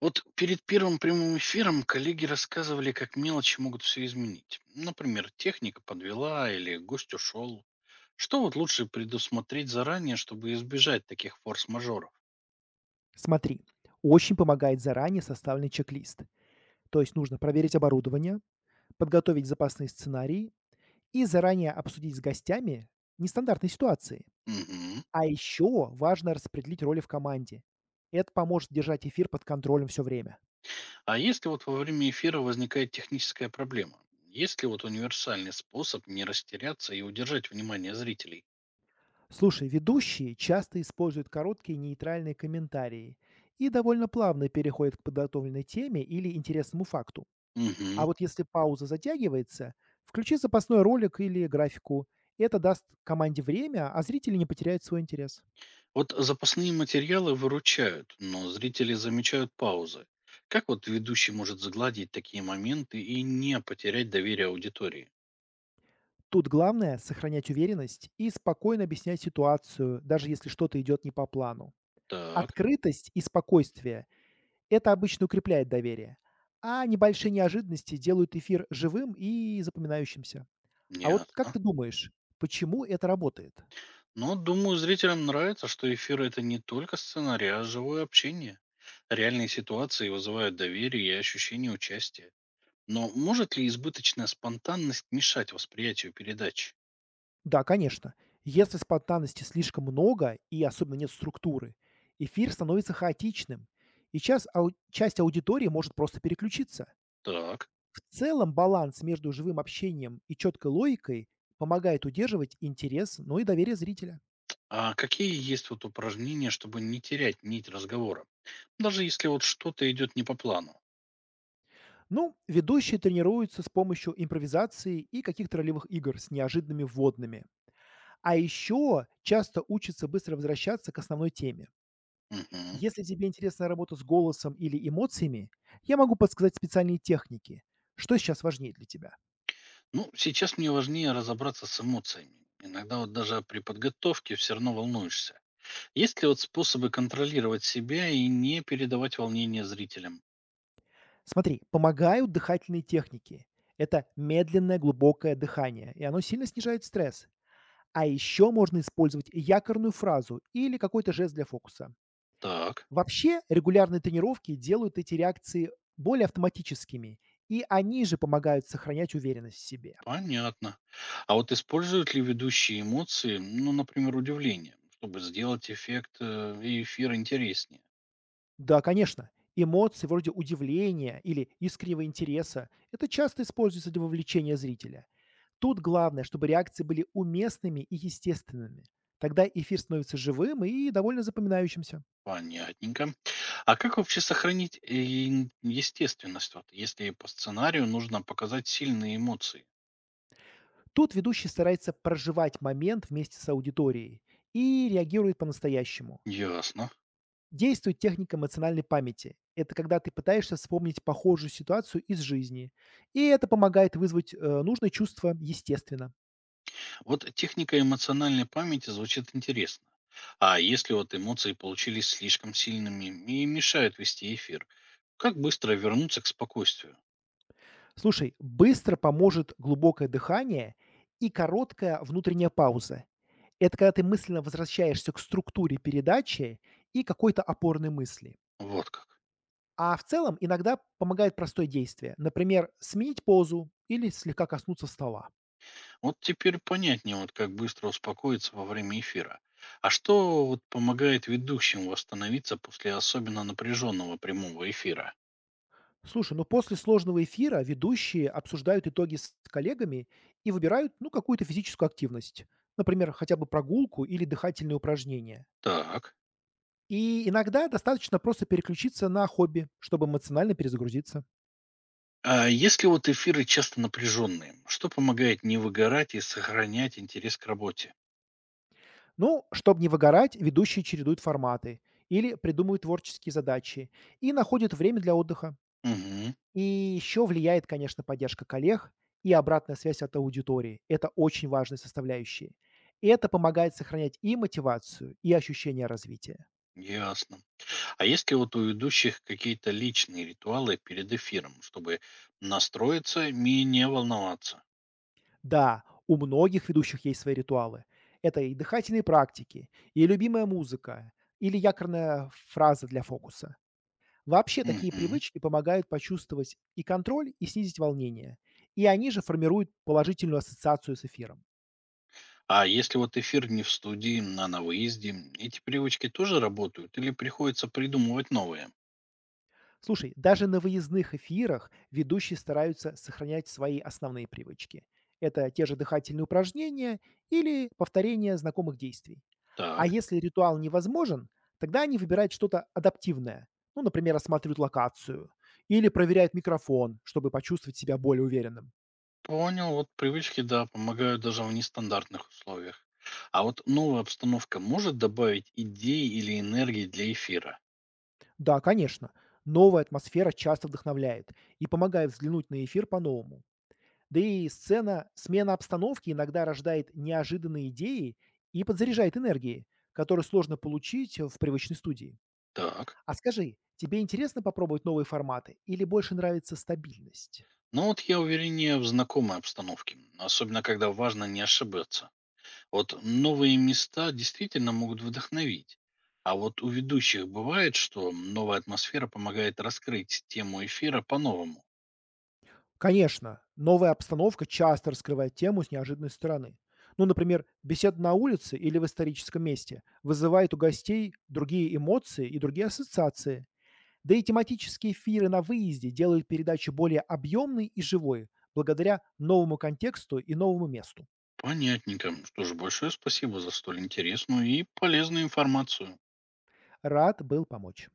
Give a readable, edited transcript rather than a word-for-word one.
Вот перед первым прямым эфиром коллеги рассказывали, как мелочи могут все изменить. Например, техника подвела или гость ушел. Что вот лучше предусмотреть заранее, чтобы избежать таких форс-мажоров? Смотри, очень помогает заранее составленный чек-лист. То есть нужно проверить оборудование, подготовить запасные сценарии и заранее обсудить с гостями нестандартные ситуации. Мгм. А еще важно распределить роли в команде. Это поможет держать эфир под контролем все время. А если вот во время эфира возникает техническая проблема? Есть ли вот универсальный способ не растеряться и удержать внимание зрителей? Слушай, ведущие часто используют короткие нейтральные комментарии и довольно плавно переходят к подготовленной теме или интересному факту. А вот если пауза затягивается, включи запасной ролик или графику. Это даст команде время, а зрители не потеряют свой интерес. Вот запасные материалы выручают, но зрители замечают паузы. Как вот ведущий может загладить такие моменты и не потерять доверие аудитории? Тут главное– сохранять уверенность и спокойно объяснять ситуацию, даже если что-то идет не по плану. Так, Открытость и спокойствие– это обычно укрепляет доверие, а небольшие неожиданности делают эфир живым и запоминающимся. А вот как ясно. ты думаешь, почему это работает? Но думаю, зрителям нравится, что эфир это не только сценарий, а живое общение. Реальные ситуации вызывают доверие и ощущение участия. Но может ли избыточная спонтанность мешать восприятию передач? Да, конечно. Если спонтанности слишком много и особенно нет структуры, эфир становится хаотичным, и часть аудитории может просто переключиться. Так. В целом баланс между живым общением и четкой логикой помогает удерживать интерес, ну и доверие зрителя. А какие есть вот упражнения, чтобы не терять нить разговора? Даже если вот что-то идет не по плану. Ну, ведущие тренируются с помощью импровизации и каких-то ролевых игр с неожиданными вводными. А еще часто учатся быстро возвращаться к основной теме. Мгм. Если тебе интересна работа с голосом или эмоциями, я могу подсказать специальные техники. Что сейчас важнее для тебя? Ну, Сейчас мне важнее разобраться с эмоциями. Иногда вот даже при подготовке все равно волнуешься. Есть ли вот способы контролировать себя и не передавать волнение зрителям? Смотри, помогают дыхательные техники. Это медленное глубокое дыхание, и оно сильно снижает стресс. А еще можно использовать якорную фразу или какой-то жест для фокуса. Так, Вообще, регулярные тренировки делают эти реакции более автоматическими, и они же помогают сохранять уверенность в себе. понятно. А вот используют ли ведущие эмоции, например, удивление, чтобы сделать эффект эфира интереснее? Да, конечно. Эмоции вроде удивления или искреннего интереса– это часто используется для вовлечения зрителя. Тут главное, чтобы реакции были уместными и естественными. Тогда эфир становится живым и довольно запоминающимся. Понятненько. А как вообще сохранить ин естественность, вот, если по сценарию нужно показать сильные эмоции? Тут ведущий старается проживать момент вместе с аудиторией и реагирует по-настоящему. Ясно. Действует техника эмоциональной памяти. Это когда ты пытаешься вспомнить похожую ситуацию из жизни. И это помогает вызвать нужное чувство естественно. Вот техника эмоциональной памяти звучит интересно. А если вот эмоции получились слишком сильными и мешают вести эфир, как быстро вернуться к спокойствию? Слушай, быстро поможет глубокое дыхание и короткая внутренняя пауза. Это когда ты мысленно возвращаешься к структуре передачи и какой-то опорной мысли. Вот как. А в целом иногда помогает простое действие. Например, сменить позу или слегка коснуться стола. Вот теперь понятнее, вот как быстро успокоиться во время эфира. А что вот помогает ведущим восстановиться после особенно напряженного прямого эфира? Слушай, ну после сложного эфира ведущие обсуждают итоги с коллегами и выбирают, ну, какую-то физическую активность. Например, хотя бы прогулку или дыхательные упражнения. Так. И иногда достаточно просто переключиться на хобби, чтобы эмоционально перезагрузиться. А если вот эфиры часто напряженные, что помогает не выгорать и сохранять интерес к работе? Ну, чтобы не выгорать, ведущие чередуют форматы или придумывают творческие задачи и находят время для отдыха. Угу, И еще влияет, конечно, поддержка коллег и обратная связь от аудитории. Это очень важные составляющие. И это помогает сохранять и мотивацию, и ощущение развития. ясно. А есть ли вот у ведущих какие-то личные ритуалы перед эфиром, чтобы настроиться и не волноваться? Да, у многих ведущих есть свои ритуалы. Это и дыхательные практики, и любимая музыка, или якорная фраза для фокуса. Вообще такие Угу. привычки помогают почувствовать и контроль, и снизить волнение. И они же формируют положительную ассоциацию с эфиром. А если вот эфир не в студии, а на выезде, эти привычки тоже работают или приходится придумывать новые? Слушай, даже на выездных эфирах ведущие стараются сохранять свои основные привычки. Это те же дыхательные упражнения или повторение знакомых действий. А Так. если ритуал невозможен, тогда они выбирают что-то адаптивное. Ну, например, осматривают локацию или проверяют микрофон, чтобы почувствовать себя более уверенным. Понял, вот привычки, да, помогают даже в нестандартных условиях. А вот новая обстановка может добавить идей или энергии для эфира? Да, конечно. Новая атмосфера часто вдохновляет и помогает взглянуть на эфир по-новому. Да и сцена, смена обстановки иногда рождает неожиданные идеи и подзаряжает энергией, которую сложно получить в привычной студии. Так. А скажи, тебе интересно попробовать новые форматы или больше нравится стабильность? Вот я увереннее в знакомой обстановке, особенно когда важно не ошибаться. Вот новые места действительно могут вдохновить. А вот у ведущих бывает, что новая атмосфера помогает раскрыть тему эфира по-новому. Конечно, новая обстановка часто раскрывает тему с неожиданной стороны. Ну, например, беседа на улице или в историческом месте вызывает у гостей другие эмоции и другие ассоциации. Да и тематические эфиры на выезде делают передачу более объемной и живой благодаря новому контексту и новому месту. Понятненько. Что ж, большое спасибо за столь интересную и полезную информацию. Рад был помочь.